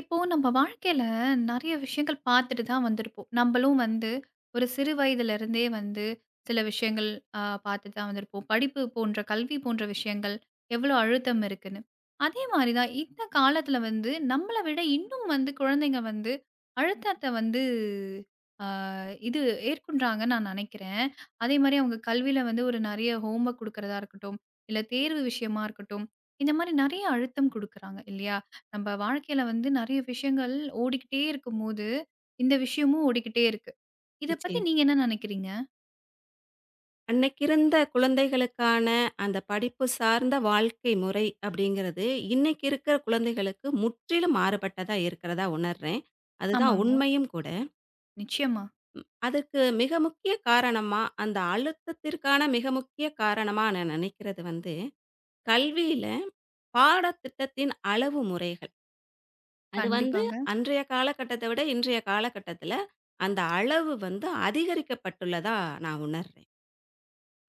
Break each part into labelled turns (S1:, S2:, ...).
S1: இப்போ நம்ம வாழ்க்கையில நெறைய விஷயங்கள் பார்த்துட்டு தான் வந்திருப்போம். நம்மளும் வந்து ஒரு சிறு வயதிலிருந்தே வந்து சில விஷயங்கள் பார்த்துட்டு தான் வந்திருப்போம். படிப்பு போன்ற கல்வி போன்ற விஷயங்கள் எவ்வளோ அழுத்தம் இருக்குன்னு. அதே மாரி தான் இந்த காலத்தில வந்து நம்மள விட இன்னும் வந்து குழந்தைங்க வந்து அழுத்தத்த வந்து அ இது ஏற்கொண்றாங்கன்னு நான் நெனைக்கிறேன். அதே மாரி அவங்க கல்வியில வந்து ஒரு நெறைய ஹோம்வொர்க் குடுக்கிறதா இருக்கட்டும், இல்ல தேர்வு விஷயமா இருக்கட்டும், இந்த மாரி நெறைய அழுத்தம் குடுக்குறாங்க இல்லையா? நம்ம வாழ்க்கையில வந்து நெறைய விஷயங்கள் ஓடிக்கிட்டே இருக்கும்போது, இந்த விஷயமும் ஓடிக்கிட்டே இருக்கு. இத பத்தி
S2: நிச்சயம்.
S1: நீங்க என்ன நெனைக்கிறீங்க?
S2: அன்னைக்கு இருந்த குழந்தைகளுக்கான அந்த படிப்பு சார்ந்த வாழ்க்கை முறை அப்படிங்கிறது, இன்னைக்கு இருக்கிற குழந்தைகளுக்கு முற்றிலும் மாறுபட்டதா இருக்கிறதா உணர்றேன். அதுதான்
S1: ஆமாங்க.
S2: உண்மையும் கூட.
S1: நிச்சயமா.
S2: அதுக்கு மிக முக்கிய காரணமா, அந்த அழுத்தத்திற்கான மிக முக்கிய காரணமா நான் நினைக்கிறது வந்து, கல்வியில பாடத்திட்டத்தின் அளவு முறைகள். அது வந்து
S1: கண்டிப்பாங்க.
S2: அன்றைய காலகட்டத்த விட இன்றைய காலகட்டத்தில, அந்த அளவு வந்து அதிகரிக்கப்பட்டுள்ளதா நான் உணர்றேன்.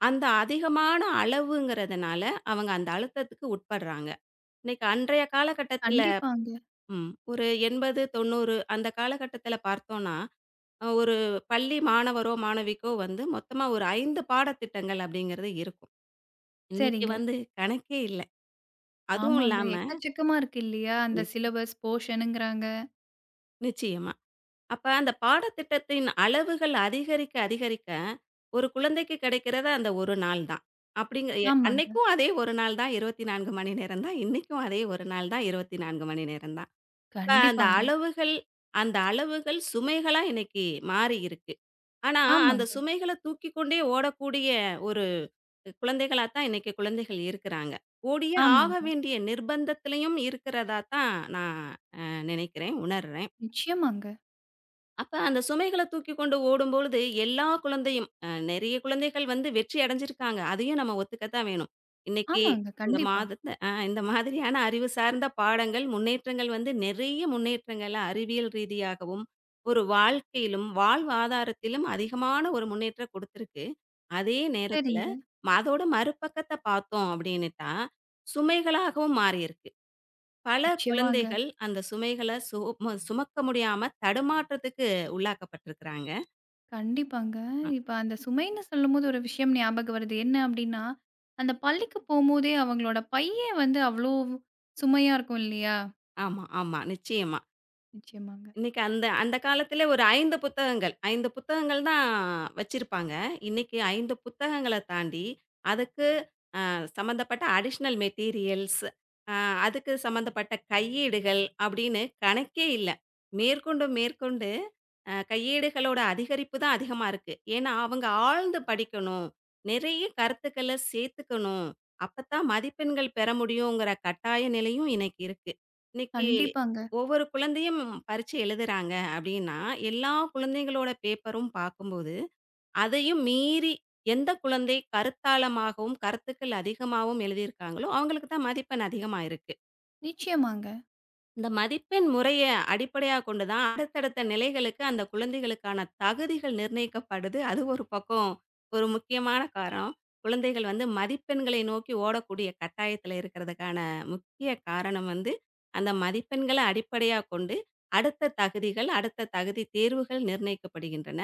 S2: அந்த அதிகமான அளவுங்கிறதுனால, அவங்க அந்த அழுத்தத்துக்கு உட்படுறாங்க. இன்னைக்கு அன்றைய காலகட்டத்தில
S1: கண்டிப்பாங்க.
S2: ஒரு 80, 90 அந்த காலகட்டத்தில பார்த்தோம்னா, ஒரு பள்ளி மாணவரோ, மாணவிக்கோ வந்து மொத்தமா ஒரு 5 பாடத்திட்டங்கள் அப்படிங்கிறது இருக்கும். இன்னைக்கு
S1: சரிங்க.
S2: வந்து கணக்கே இல்ல. அதுவும்
S1: ஆமாங்க.
S2: இல்லாம
S1: எக்கச்சக்கமா இருக்கு இல்லையா? அந்த
S2: நிச்சயம்,
S1: சிலபஸ், போர்ஷனுங்கிறாங்க.
S2: நிச்சயமா. அப்ப அந்த பாடத்திட்டத்தின் அளவுகள் அதிகரிக்க, அதிகரிக்க ஒரு குழந்தைக்கு கிடைக்கிறது அந்த 1 நாள் தான். அப்படிங்க எ
S1: ஆமாங்க.
S2: அன்னைக்கும் அதே 1 நாள் தான், 24 மணி நேரம் தான். இன்னைக்கும் அதே 1 நாள் தான், 24 மணி நேரம் தான். அப்ப அந்த
S1: கண்டிப்பாங்க.
S2: அளவுகள் அந்த அளவுகள் சுமைகளா இன்னைக்கு மாறி இருக்கு. ஆனா, அந்த
S1: ஆமாங்க,
S2: சுமைகள தூக்கிக் கொண்டே ஓடக்கூடிய ஒரு குழந்தைகளா தான் இன்னைக்கு குழந்தைகள் இருக்கிறாங்க. ஓடியே ஆக
S1: ஆமாங்க.
S2: வேண்டிய நிர்பந்தத்திலயும் இருக்கிறதா தான் நான் நினைக்கிறேன், உணர்றேன்.
S1: நிச்சயமாங்க.
S2: அப்ப அந்த சுமைகள தூக்கிக் கொண்டு ஓடும்பொழுது, எல்லா குழந்தையும் அ நெறைய குழந்தைகள் வந்து வெற்றி அடைஞ்சிருக்காங்க. அதையும் நம்ம ஒத்துக்கத்தான் வேணும். இன்னைக்கு
S1: ஆமாங்க.
S2: இந்த
S1: கண்டிப்பா.
S2: மாதத்த அ இந்த மாதிரியான அறிவு சார்ந்த பாடங்கள், முன்னேற்றங்கள் வந்து நெறைய முன்னேற்றங்கள் அறிவியல் ரீதியாகவும், ஒரு வாழ்க்கையிலும், வாழ்வாதாரத்திலும் அதிகமான ஒரு முன்னேற்றம் குடுத்திருக்கு. அதே நேரத்துல,
S1: சரிங்க.
S2: அதோட மறுபக்கத்த பார்த்தோம் அப்படின்னுட்டா, சுமைகளாகவும் மாறியிருக்கு. பல
S1: நிச்சயமாங்க.
S2: குழந்தைகள் அந்த சுமைகள சு ம சுமக்க முடியாம தடுமாற்றத்துக்கு உள்ளாக்கப்பட்டிருக்கிறாங்க.
S1: கண்டிப்பாங்க.
S2: அ
S1: இப்ப அந்த சுமைன்னு சொல்லும்போது ஒரு விஷயம் ஞாபகம் வருது. என்ன அப்டின்னா, அந்த பள்ளிக்கு போம்போதே அவங்களோட பையே வந்து அவ்ளோ சுமையா இருக்கும் இல்லையா?
S2: ஆமா, ஆமா. நிச்சயமா.
S1: நிச்சயமாங்க.
S2: இன்னைக்கு அந்த அந்த காலத்திலே ஒரு 5 புத்தகங்கள் தான் வச்சிருப்பாங்க. இன்னைக்கு 5 புத்தகங்கள தாண்டி, அதுக்கு சம்மந்தப்பட்ட அடிஷ்னல் மெட்டீரியல்ஸ், அ அதுக்கு சம்மந்தப்பட்ட கையேடுகள் அப்படின்னு கணக்கே இல்ல. மேற்கொண்டு, மேற்கொண்டு கையேடுகளோட அதிகரிப்பு தான் அதிகமா இருக்கு. ஏன்னா, அவங்க ஆழ்ந்து படிக்கணும். நிறைய கருத்துக்கள சேர்த்துக்கணும். அப்பத்தான் மதிப்பெண்கள் பெற முடியுங்கிற கட்டாய நிலையும் இன்னைக்கு இருக்கு. இன்னைக்கு
S1: கண்டிப்பாங்க.
S2: ஒவ்வொரு குழந்தையும் பரீட்சை எழுதுறாங்க அப்படின்னா, எல்லா குழந்தைங்களோட பேப்பரும் பார்க்கும்போது அதையும் மீறி எந்த குழந்தை கருத்தாளமாகவும், கருத்துக்கள் அதிகமாகவும் எழுதியிருக்காங்களோ, அவங்களுக்கு தான் மதிப்பெண் அதிகமா இருக்கு.
S1: நிச்சயமாங்க.
S2: இந்த மதிப்பெண் முறைய அடிப்படையா கொண்டு தான், அடுத்தடுத்த நிலைகளுக்கு அந்த குழந்தைகளுக்கான தகுதிகள் நிர்ணயிக்கப்படுது. அது ஒரு பக்கம் ஒரு முக்கியமான காரணம். குழந்தைகள் வந்து மதிப்பெண்களை நோக்கி ஓடக்கூடிய கட்டாயத்தில இருக்கிறதுக்கான முக்கிய காரணம் வந்து, அந்த மதிப்பெண்கள அடிப்படையா கொண்டு, அடுத்த தகுதிகள், அடுத்த தகுதி தேர்வுகள் நிர்ணயிக்கப்படுகின்றன.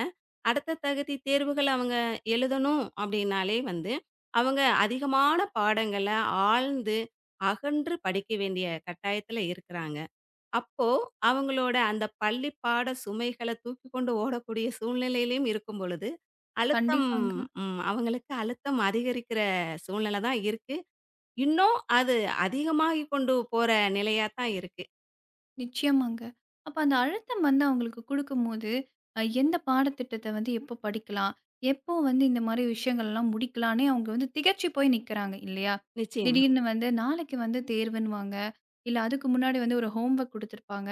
S2: அடுத்த தகுதி தேர்வுகள் அவங்க எழுதணும் அப்படின்னாலே வந்து, அவங்க அதிகமான பாடங்கள ஆழ்ந்து, அகன்று படிக்க வேண்டிய கட்டாயத்தில இருக்கிறாங்க. அப்போ அவங்களோட அந்த பள்ளி பாட சுமைகள தூக்கிக் கொண்டு ஓடக்கூடிய சூழ்நிலையிலயும் இருக்கும் பொழுது, அழுத்தம்,
S1: கண்டிப்பாங்க.
S2: அவங்களுக்கு அழுத்தம் அதிகரிக்கிற சூழ்நிலை தான் இருக்கு. இன்னும் அது அதிகமாகிக் கொண்டு போற நிலையா தான் இருக்கு.
S1: நிச்சயமாங்க. அப்ப அந்த அழுத்தம் வந்து அவங்களுக்கு குடுக்கும்போது, எந்த பாடத்திட்டத்த வந்து எப்போ படிக்கலாம்? எப்போ வந்து இந்த மாரி விஷயங்கள்லாம் முடிக்கலான்னே அவங்க வந்து திகச்சு போய் நிக்கிறாங்க இல்லையா?
S2: நிச்சயமா,
S1: திடீர்னு வந்து நாளைக்கு வந்து தேர்வுன்னுவாங்க. இல்ல அதுக்கு முன்னாடி வந்து ஒரு ஹோம் ஒர்க் குடுத்துருப்பாங்க.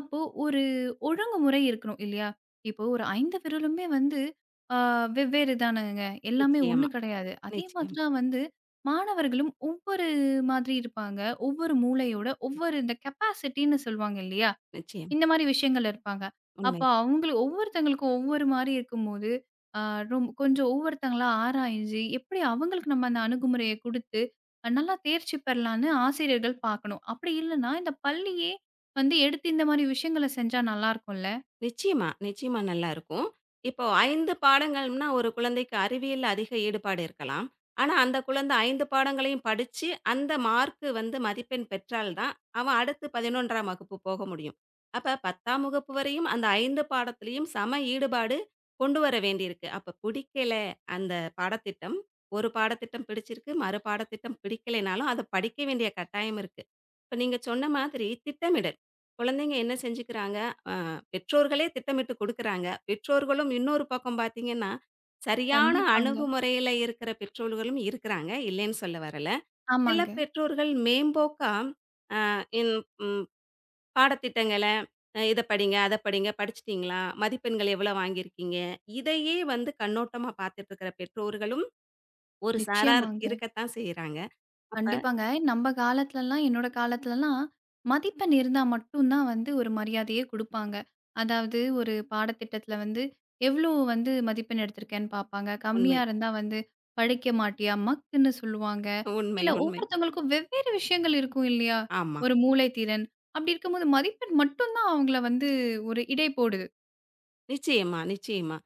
S1: அப்போ ஒரு ஒழுங்குமுறை இருக்கணும் இல்லையா? இப்போ ஒரு 5 விரலுமே வந்து ஆ வெவ்வேறு தானங்க. எல்லாமே ஒண்ணு
S2: நிச்சயமா,
S1: கெடையாது. அதே மாதிரி
S2: நிச்சயம்,
S1: தான் வந்து மாணவர்களும் ஒவ்வொரு இது மாதிரி இருப்பாங்க. ஒவ்வொரு மூளையோட ஒவ்வொரு இந்த கெப்பாசிட்டின்னு சொல்லுவாங்க இல்லையா?
S2: நிச்சயம்.
S1: இந்த மாரி விஷயங்கள் இருப்பாங்க. அப்ப
S2: உண்மை.
S1: அவங்கள ஒவ்வொருத்தவங்களுக்கும் ஒவ்வொரு மாரி இருக்கும்போது, அ ரொம் கொஞ்சம் ஒவ்வொருத்தங்களா ஆராய்ஞ்சு, எப்படி அவங்களுக்கு நம்ம அந்த அணுகுமுறைய குடுத்து, நல்லா தேர்ச்சி பெறலான்னு ஆசிரியர்கள் பார்க்கணும். அப்படி இல்லன்னா, இந்த பள்ளியே வந்து எடுத்து இந்த மாரி விஷயங்கள செஞ்சா நல்லாருக்கும்ல?
S2: நிச்சயமா, நிச்சயமா நல்லாருக்கும். இப்போ 5 பாடங்கள்னா, ஒரு குழந்தைக்கு அறிவியல்ல அதிக ஈடுபாடு இருக்கலாம். ஆனா, அந்த குழந்தை 5 பாடங்களையும் படிச்சு, அந்த மார்க்கு வந்து மதிப்பெண் பெற்றால் தான், அவன் அடுத்து 11ஆம் வகுப்பு போக முடியும். அப்ப 10ஆம் வகுப்பு வரையும் அந்த 5 பாடத்திலயும் சம ஈடுபாடு கொண்டு வர வேண்டியிருக்கு. அப்ப பிடிக்கல அந்த பாடத்திட்டம், ஒரு பாடத்திட்டம் பிடிச்சிருக்கு, மறு பாடத்திட்டம் பிடிக்கலைனாலும், அத படிக்க வேண்டிய கட்டாயம் இருக்கு. இப்ப நீங்க சொன்ன மாதிரி திட்டமிடல். குழந்தைங்க என்ன செஞ்சுக்கிறாங்க? அ பெற்றோர்களே திட்டமிட்டு குடுக்குறாங்க. பெற்றோர்களும் இன்னொரு பக்கம் பார்த்தீங்கன்னா, சரியான
S1: கண்டிப்பாங்க.
S2: அணுகுமுறையில இருக்கிற பெற்றோர்களும் இருக்கிறாங்க. இல்லைன்னு சொல்ல வரல. சில
S1: ஆமாங்க.
S2: பெற்றோர்கள் மேம்போக்கா அ இன் ம் பாடத்திட்டங்கள இத படிங்க, அத படிங்க, படிச்சுட்டீங்களா? மதிப்பெண்கள் எவ்வளோ வாங்கியிருக்கீங்க? இதையே வந்து கண்ணோட்டமா பார்த்துட்டு இருக்கிற பெற்றோர்களும் ஒரு சாரார்
S1: நிச்சயமாங்க.
S2: இருக்கத்தான் செய்றாங்க. அப்ப
S1: கண்டிப்பாங்க. நம்ப காலத்துலலாம் என்னோட காலத்துலலாம், மதிப்பெண் இருந்தா மட்டும் தான் வந்து ஒரு மரியாதையே குடுப்பாங்க. அதாவது ஒரு பாடத்திட்டத்துல வந்து, எவ்ளோ வந்து மதிப்பெண் எடுத்திருக்கேன்னு பாப்பாங்க.
S2: உண்மை,
S1: கம்மியா இருந்தா வந்து, "படிக்க மாட்டியா? மக்குன்னு" சொல்லுவாங்க.
S2: உண்மை,
S1: இல்ல
S2: உண்மை.
S1: ஒவ்வொருத்தவங்களுக்கும் வெவ்வேறு விஷயங்கள் இருக்கும் இல்லையா?
S2: ஆமா.
S1: ஒரு மூளை திறன். அப்படி இருக்கும்போது மதிப்பெண் மட்டும் தான் அவங்கள வந்து ஒரு இடைப்போடுது.
S2: நிச்சயமா, நிச்சயமா.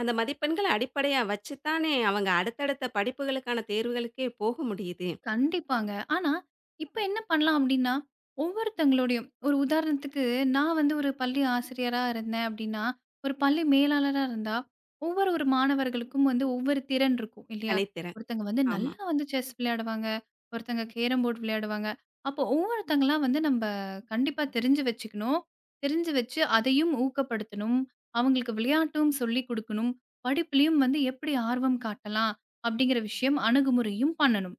S2: அந்த மதிப்பெண்கள அடிப்படையா வச்சு தானே அவங்க அடுத்தடுத்த படிப்புகளுக்கான தேர்வுகளுக்கே போக முடியுது.
S1: கண்டிப்பாங்க. ஆனா, இப்ப என்ன பண்ணலாம் அப்டின்னா, ஒவ்வொருத்தங்களுடையும் ஒரு உதாரணத்துக்கு நான் வந்து ஒரு பள்ளி ஆசிரியரா இருந்தேன் அப்டின்னா, ஒரு பள்ளி மேலாளரா இருந்தா, ஒவ்வொரு ஒரு மாணவர்களுக்கும் வந்து ஒவ்வொரு திறன் இருக்கும் இல்லையா?
S2: தனித்திறன்.
S1: ஒருத்தங்க வந்து
S2: ஆமா.
S1: நல்லா வந்து செஸ் விளையாடுவாங்க, ஒருத்தங்க கேரம் போர்ட் விளையாடுவாங்க. அப்போ ஒவ்வொருத்தங்களா வந்து நம்ப கண்டிப்பா தெரிஞ்சு வச்சுக்கணும். தெரிஞ்சு வச்சு அதையும் ஊக்கப்படுத்தணும். அவங்களுக்கு விளையாட்டும் சொல்லிக் குடுக்கணும். படிப்பிலயும் வந்து எப்படி ஆர்வம் காட்டலாம்? அப்டிங்கிற விஷயம் அணுகுமுறையும் பண்ணணும்.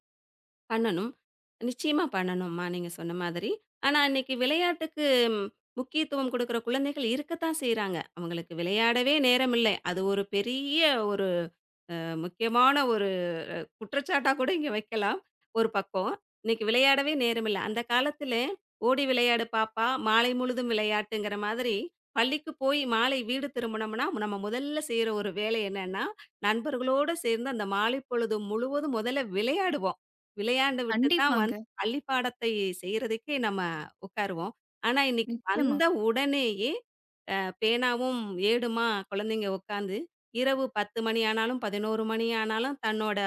S2: பண்ணணும். நிச்சயமா பண்ணணும்மா, நீங்க சொன்ன மாதிரி. ஆனா இன்னைக்கு விளையாட்டுக்கு ம், முக்கியத்துவம் குடுக்குற குழந்தைகள் இருக்கத்தான் செய்றாங்க. அவங்களுக்கு விளையாடவே நேரம் இல்லை. அது ஒரு பெரிய ஒரு முக்கியமான குற்றச்சாட்டா கூட இங்க வைக்கலாம். ஒரு பக்கம். இன்னைக்கு விளையாடவே நேரமில்ல. அந்த காலத்தில "ஓடி விளையாடு பாப்பா, மாலை முழுதும் விளையாட்டுங்கிற" மாதிரி பள்ளிக்கு போய் மாலை வீடு திரும்புனோம்னா, நம்ம முதல்ல செய்ற ஒரு வேலை என்னன்னா, நண்பர்களோட சேர்ந்து அந்த மாலை பொழுது முழுவதும் முதல்ல விளையாடுவோம். விளையாண்டு விட்டு தான்
S1: கண்டிப்பாங்க.
S2: வந்து பள்ளி பாடத்தை செய்றதுக்கே நம்ம உட்காருவோம். ஆனா, இன்னைக்கு
S1: நிச்சயமா.
S2: வந்த உடனேயே பேனாவும் ஏடுமா குழந்தைங்க உட்காந்து, இரவு 10 மணி ஆனாலும், 11 மணி ஆனாலும் தன்னோட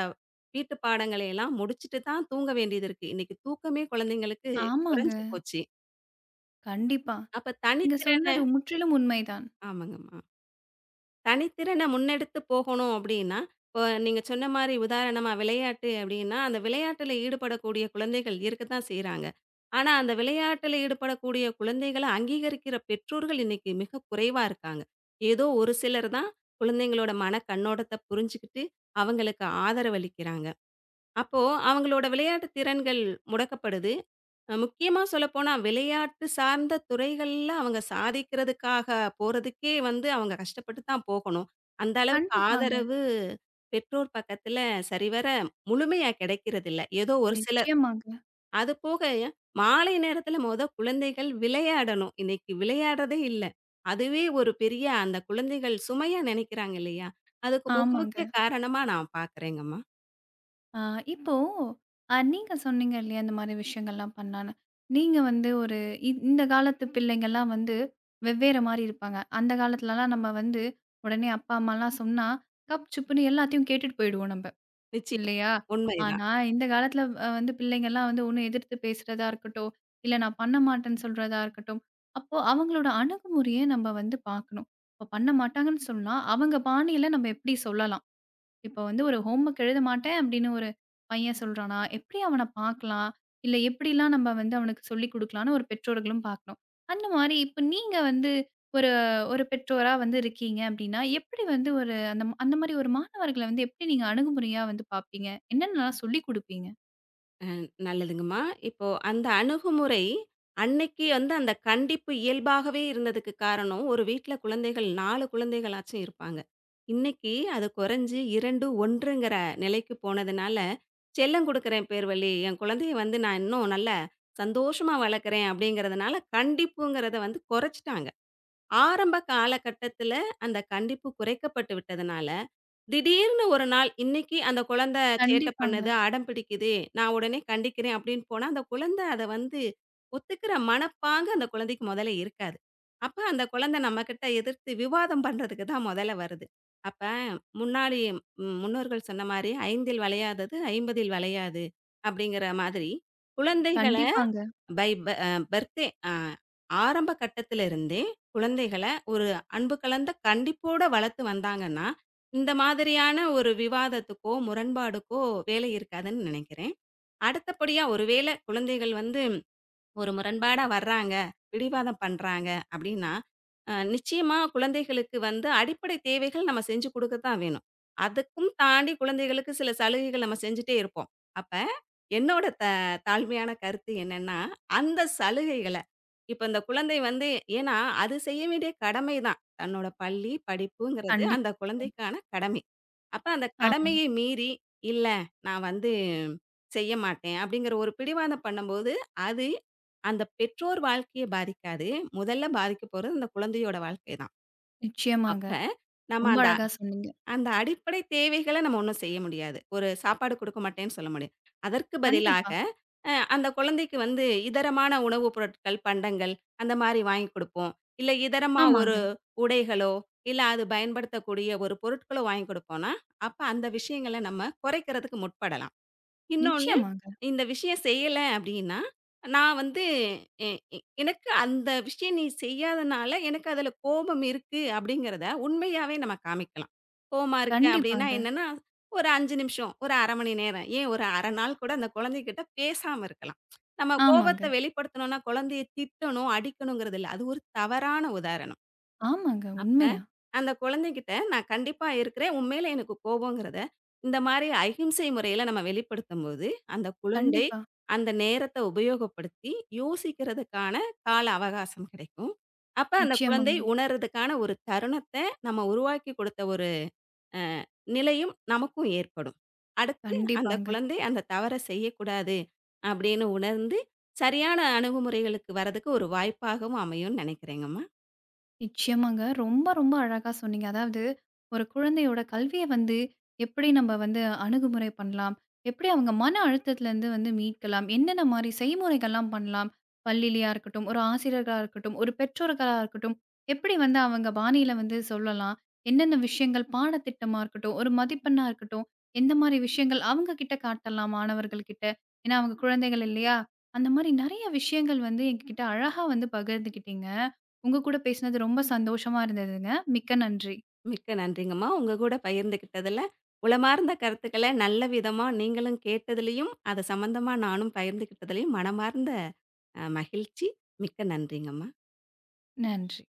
S2: வீட்டு பாடங்களை எல்லாம் முடிச்சுட்டு தான் தூங்க வேண்டியது இருக்கு. இன்னைக்கு தூக்கமே குழந்தைங்களுக்கு
S1: ஆமாங்க.
S2: குறைஞ்சு போச்சு.
S1: கண்டிப்பா.
S2: அப்ப
S1: நீங்க
S2: தனித்திறன
S1: சொன்னது முற்றிலும் உண்மைதான்.
S2: ஆமாங்கம்மா. தனித்திறன முன்னெடுத்து போகணும் அப்படின்னா, இப்போ நீங்க சொன்ன மாரி உதாரணமா விளையாட்டு அப்படின்னா, அந்த விளையாட்டுல ஈடுபடக்கூடிய குழந்தைகள் இருக்கத்தான் செய்றாங்க. ஆனா, அந்த விளையாட்டுல ஈடுபடக்கூடிய குழந்தைகள அங்கீகரிக்கிற பெற்றோர்கள் இன்னைக்கு மிக குறைவா இருக்காங்க. ஏதோ ஒரு சிலர் தான் குழந்தைங்களோட மன கண்ணோட்டத்த புரிஞ்சுகிட்டு, அவங்களுக்கு ஆதரவளிக்கிறாங்க. அப்போ அவங்களோட விளையாட்டு திறன்கள் முடக்கப்படுது. முக்கியமா சொல்லப்போனா, விளையாட்டு சார்ந்த துறைகள்ல அவங்க சாதிக்கிறதுக்காக போறதுக்கே வந்து அவங்க கஷ்டப்பட்டு தான் போகணும். அந்த அளவுக்கு
S1: கண்டிப்பாங்க.
S2: ஆதரவு பெற்றோர் பக்கத்துல சரிவர முழுமையா கிடைக்கிறதில்ல. ஏதோ ஒரு சிலர்.
S1: நிச்சயமாங்க.
S2: அதுபோக மாலை நேரத்துல மொத குழந்தைகள் விளையாடணும். இன்னைக்கு விளையாடுறதே இல்ல. அதுவே ஒரு பெரிய அந்த குழந்தைகள் சுமையா நினைக்கிறாங்க இல்லையா? அதுக்கு மிக
S1: ஆமாங்க.
S2: முக்கிய காரணமா நான் பார்க்குறேங்கம்மா.
S1: ஆ இப்போ நீங்க சொன்னீங்க இல்லையா, இந்த மாரி விஷயங்கள்லாம் பண்ணான்னு. நீங்க வந்து ஒரு இந்த காலத்து பிள்ளைங்கலாம் வந்து வெவ்வேற மாரி இருப்பாங்க. அந்த காலத்துலலாம் நம்ம வந்து உடனே அப்பா, அம்மாலாம் சொன்னா, கப், சுப்புன்னு எல்லாத்தையும் கேட்டுட்டு போயிடுவோம் நம்ப.
S2: நிச்சயம்.
S1: இல்லையா?
S2: உண்மைதான்.
S1: ஆனா, இந்த காலத்துல வந்து பிள்ளைங்கலாம் வந்து ஒண்ணு எதிர்த்து பேசுறதா இருக்கட்டும், இல்ல நான் பண்ண மாட்டேன்னு சொல்றதா இருக்கட்டும். அப்போ அவங்களோட அணுகுமுறைய நம்ம வந்து பார்க்கணும். இப்ப பண்ண மாட்டாங்கன்னு சொன்னா, அவங்க பாணியில நம்ம எப்படி சொல்லலாம்? இப்போ வந்து ஒரு ஹோம் ஒர்க் எழுத மாட்டேன் அப்படின்னு ஒரு பையன் சொல்றானா, எப்படி அவன பார்க்கலாம்? இல்ல எப்படிலாம் நம்ம வந்து அவனுக்கு சொல்லிக் குடுக்கலாம்ன்னு ஒரு பெற்றோர்களும் பார்க்கணும். அந்த மாரி இப்ப நீங்க வந்து ஒரு ஒரு பெற்றோரா வந்து இருக்கீங்க அப்படின்னா, எப்படி வந்து ஒரு அந்த அந்த மாரி ஒரு மாணவர்கள வந்து எப்படி நீங்க அணுகுமுறையா வந்து பார்ப்பீங்க? என்னென்னலாம் சொல்லிக் குடுப்பீங்க?
S2: நல்லதுங்கம்மா. இப்போ அந்த அணுகுமுறை, அன்னைக்கு வந்து அந்த கண்டிப்பு இயல்பாகவே இருந்ததுக்கு காரணம், ஒரு வீட்ல குழந்தைகள் 4 குழந்தைகளாச்சும் இருப்பாங்க. இன்னைக்கு அது குறைஞ்சு 2, 1ங்கிற நிலைக்கு போனதுனால, செல்லம் குடுக்குறேன் பேர் வழி, என் குழந்தைய வந்து நான் இன்னும் நல்ல சந்தோஷமா வளர்க்குறேன் அப்படிங்கிறதுனால, கண்டிப்புங்கிறத வந்து குறைச்சுட்டாங்க. ஆரம்ப காலகட்டத்தில அந்த கண்டிப்பு குறைக்கப்பட்டு விட்டதுனால, திடீர்னு ஒரு நாள், "இன்னைக்கு அந்த குழந்தை சேட்டை
S1: கண்டிப்பாங்க,
S2: பண்ணுது, அடம் பிடிக்குது. நான் உடனே கண்டிக்கிறேன்" அப்படின்னு போனா, அந்த குழந்தை அத வந்து ஒத்துக்கிற மனப்பாங்கு அந்த குழந்தைக்கு மொதல்ல இருக்காது. அப்ப அந்த குழந்தை நம்மகிட்ட எதிர்த்து விவாதம் பண்றதுக்கு தான் மொதல்ல வருது. அப்ப முன்னாடி முன்னோர்கள் சொன்ன மாரி "ஐந்தில் வளையாதது ஐம்பதில் வளையாது" அப்படிங்கிற மாதிரி, குழந்தைகள
S1: கண்டிப்பாங்க.
S2: பை ப அ பர்த்டே அ ஆரம்ப கட்டத்திலிருந்தே குழந்தைகள ஒரு அன்பு கலந்த கண்டிப்போட வளர்த்து வந்தாங்கன்னா, இந்த மாதிரியான ஒரு விவாதத்துக்கோ, முரண்பாடுக்கோ வேலை இருக்காதுன்னு நினைக்கிறேன். அடுத்தபடியா, ஒருவேள குழந்தைகள் வந்து ஒரு முரண்பாடா வர்றாங்க, பிடிவாதம் பண்றாங்க அப்படின்னா, நிச்சயமா குழந்தைகளுக்கு வந்து அடிப்படை தேவைகள் நம்ம செஞ்சு குடுக்க தான் வேணும். அதுக்கும் தாண்டி குழந்தைகளுக்கு சில சலுகைகள் நம்ம செஞ்சுட்டே இருப்போம். அப்ப என்னோட த தாழ்மையான கருத்து என்னன்னா, அந்த சலுகைகள இப்ப இந்த குழந்தை வந்து ஏன்னா அது செய்ய வேண்டிய கடமை தான். தன்னோட பள்ளி படிப்புங்கிறது
S1: கண்டி
S2: அந்த குழந்தைக்கான கடமை. அப்ப அந்த
S1: ஆமா.
S2: கடமையை மீறி, "இல்ல நான் வந்து செய்ய மாட்டேன்" அப்படிங்கிற ஒரு பிடிவாதம் பண்ணும்போது, அது அந்த பெற்றோர் வாழ்க்கைய பாதிக்காது. முதல்ல பாதிக்க போறது அந்த குழந்தையோட வாழ்க்கை தான்.
S1: நிச்சயமாங்க.
S2: அப்ப நம்ம
S1: ரொம்ப
S2: அந்த
S1: அழகா சொன்னீங்க.
S2: அந்த அடிப்படை தேவைகள நம்ம ஒண்ணும் செய்ய முடியாது. ஒரு சாப்பாடு குடுக்க மாட்டேன்னு சொல்ல முடியாது. அதற்கு பதிலாக
S1: கண்டிப்பா.
S2: அந்த குழந்தைக்கு வந்து இதரமான உணவுப் பொருட்கள், பண்டங்கள் அந்த மாரி வாங்கி குடுப்போம். இல்ல இதரமா ஒரு
S1: ஆமாங்க.
S2: உடைகளோ, இல்ல அது பயன்படுத்தக்கூடிய ஒரு பொருட்களோ வாங்கி குடுப்போம்னா, அப்ப அந்த விஷயங்கள நம்ம குறைக்கிறதுக்கு முற்படலாம். இன்னொன்னு,
S1: நிச்சயமாங்க.
S2: இந்த விஷயம் செய்யல அப்டின்னா, நான் வந்து எ எ எனக்கு அந்த விஷயம் நீ செய்யாதனால, எனக்கு அதுல கோபம் இருக்கு அப்டிங்கிறத உண்மையாவே நம்ம காமிக்கலாம். கோவமா இருக்கு அப்டின்னா
S1: கண்டிப்பாங்க.
S2: என்னன்னா, ஒரு 5 நிமிஷம், ஒரு 1/2 மணி நேரம், ஏன் ஒரு 1/2 நாள் கூட அந்த குழந்தைகிட்ட பேசாம இருக்கலாம். நம்ம கோபத்த
S1: ஆமாங்க.
S2: வெளிப்படுத்தணும்னா, குழந்தைய திட்டணும், அடிக்கணுங்கிறது இல்ல. அது ஒரு தவறான உதாரணம்.
S1: ஆமாங்க.
S2: அப்ப,
S1: உண்மையா.
S2: அந்த குழந்தைகிட்ட நான் கண்டிப்பா இருக்கிறேன். உன் மேல எனக்கு கோபம்ங்கிறத, இந்த மாரி அகிம்சை முறையில நம்ம வெளிப்படுத்தும்போது, அந்த குழந்தை
S1: கண்டிப்பா.
S2: அந்த நேரத்த உபயோகப்படுத்தி யோசிக்கிறதுக்கான கால அவகாசம் கிடைக்கும். அப்ப அந்த குழந்தை
S1: நிச்சயமாங்க.
S2: உணர்றதுக்கான ஒரு தருணத்த நம்ம உருவாக்கி கொடுத்த ஒரு அ நிலையும் நமக்கும் ஏற்படும். அடுத்து அந்த
S1: கண்டிப்பாங்க.
S2: குழந்தை அந்த தவற செய்யக்கூடாது அப்படின்னு உணர்ந்து, சரியான அணுகுமுறைகளுக்கு வரதுக்கு ஒரு வாய்ப்பாகவும் அமையும்னு நினைக்கிறேங்கம்மா.
S1: நிச்சயமாங்க. ரொம்ப, ரொம்ப அழகா சொன்னீங்க. அதாவது ஒரு குழந்தையோட கல்விய வந்து எப்படி நம்ம வந்து அணுகுமுறை பண்ணலாம்? எப்படி அவங்க மன அழுத்தத்திலருந்து வந்து மீட்கலாம்? என்னென்ன மாரி செய்முறைகள்லாம் பண்ணலாம்? பள்ளியிலயா இருக்கட்டும், ஒரு ஆசிரியர்களா இருக்கட்டும், ஒரு பெற்றோர்களா இருக்கட்டும், எப்படி வந்து அவங்க பாணியில வந்து சொல்லலாம்? என்னென்ன விஷயங்கள் பாடத்திட்டமா இருக்கட்டும், ஒரு மதிப்பெண்ணா இருக்கட்டும், எந்த மாரி விஷயங்கள் அவங்க கிட்ட காட்டலாம் மாணவர்கள் கிட்ட? ஏன்னா அவங்க குழந்தைகள் இல்லையா? அந்த மாரி நெறைய விஷயங்கள் வந்து எங்ககிட்ட அழகா வந்து பகிர்ந்துக்கிட்டீங்க. உங்க கூட பேசினது ரொம்ப சந்தோஷமா இருந்ததுங்க. மிக்க நன்றி.
S2: மிக்க நன்றிங்கம்மா. உங்க கூட பகிர்ந்துக்கிட்டதுல, உளமார்ந்த கருத்துக்கள நல்ல விதமா நீங்களும் கேட்டதுலயும், அது சம்மந்தமா நானும் பகிர்ந்துக்கிட்டதுலயும் மனமார்ந்த மகிழ்ச்சி. மிக்க நன்றிங்கம்மா.
S1: நன்றி.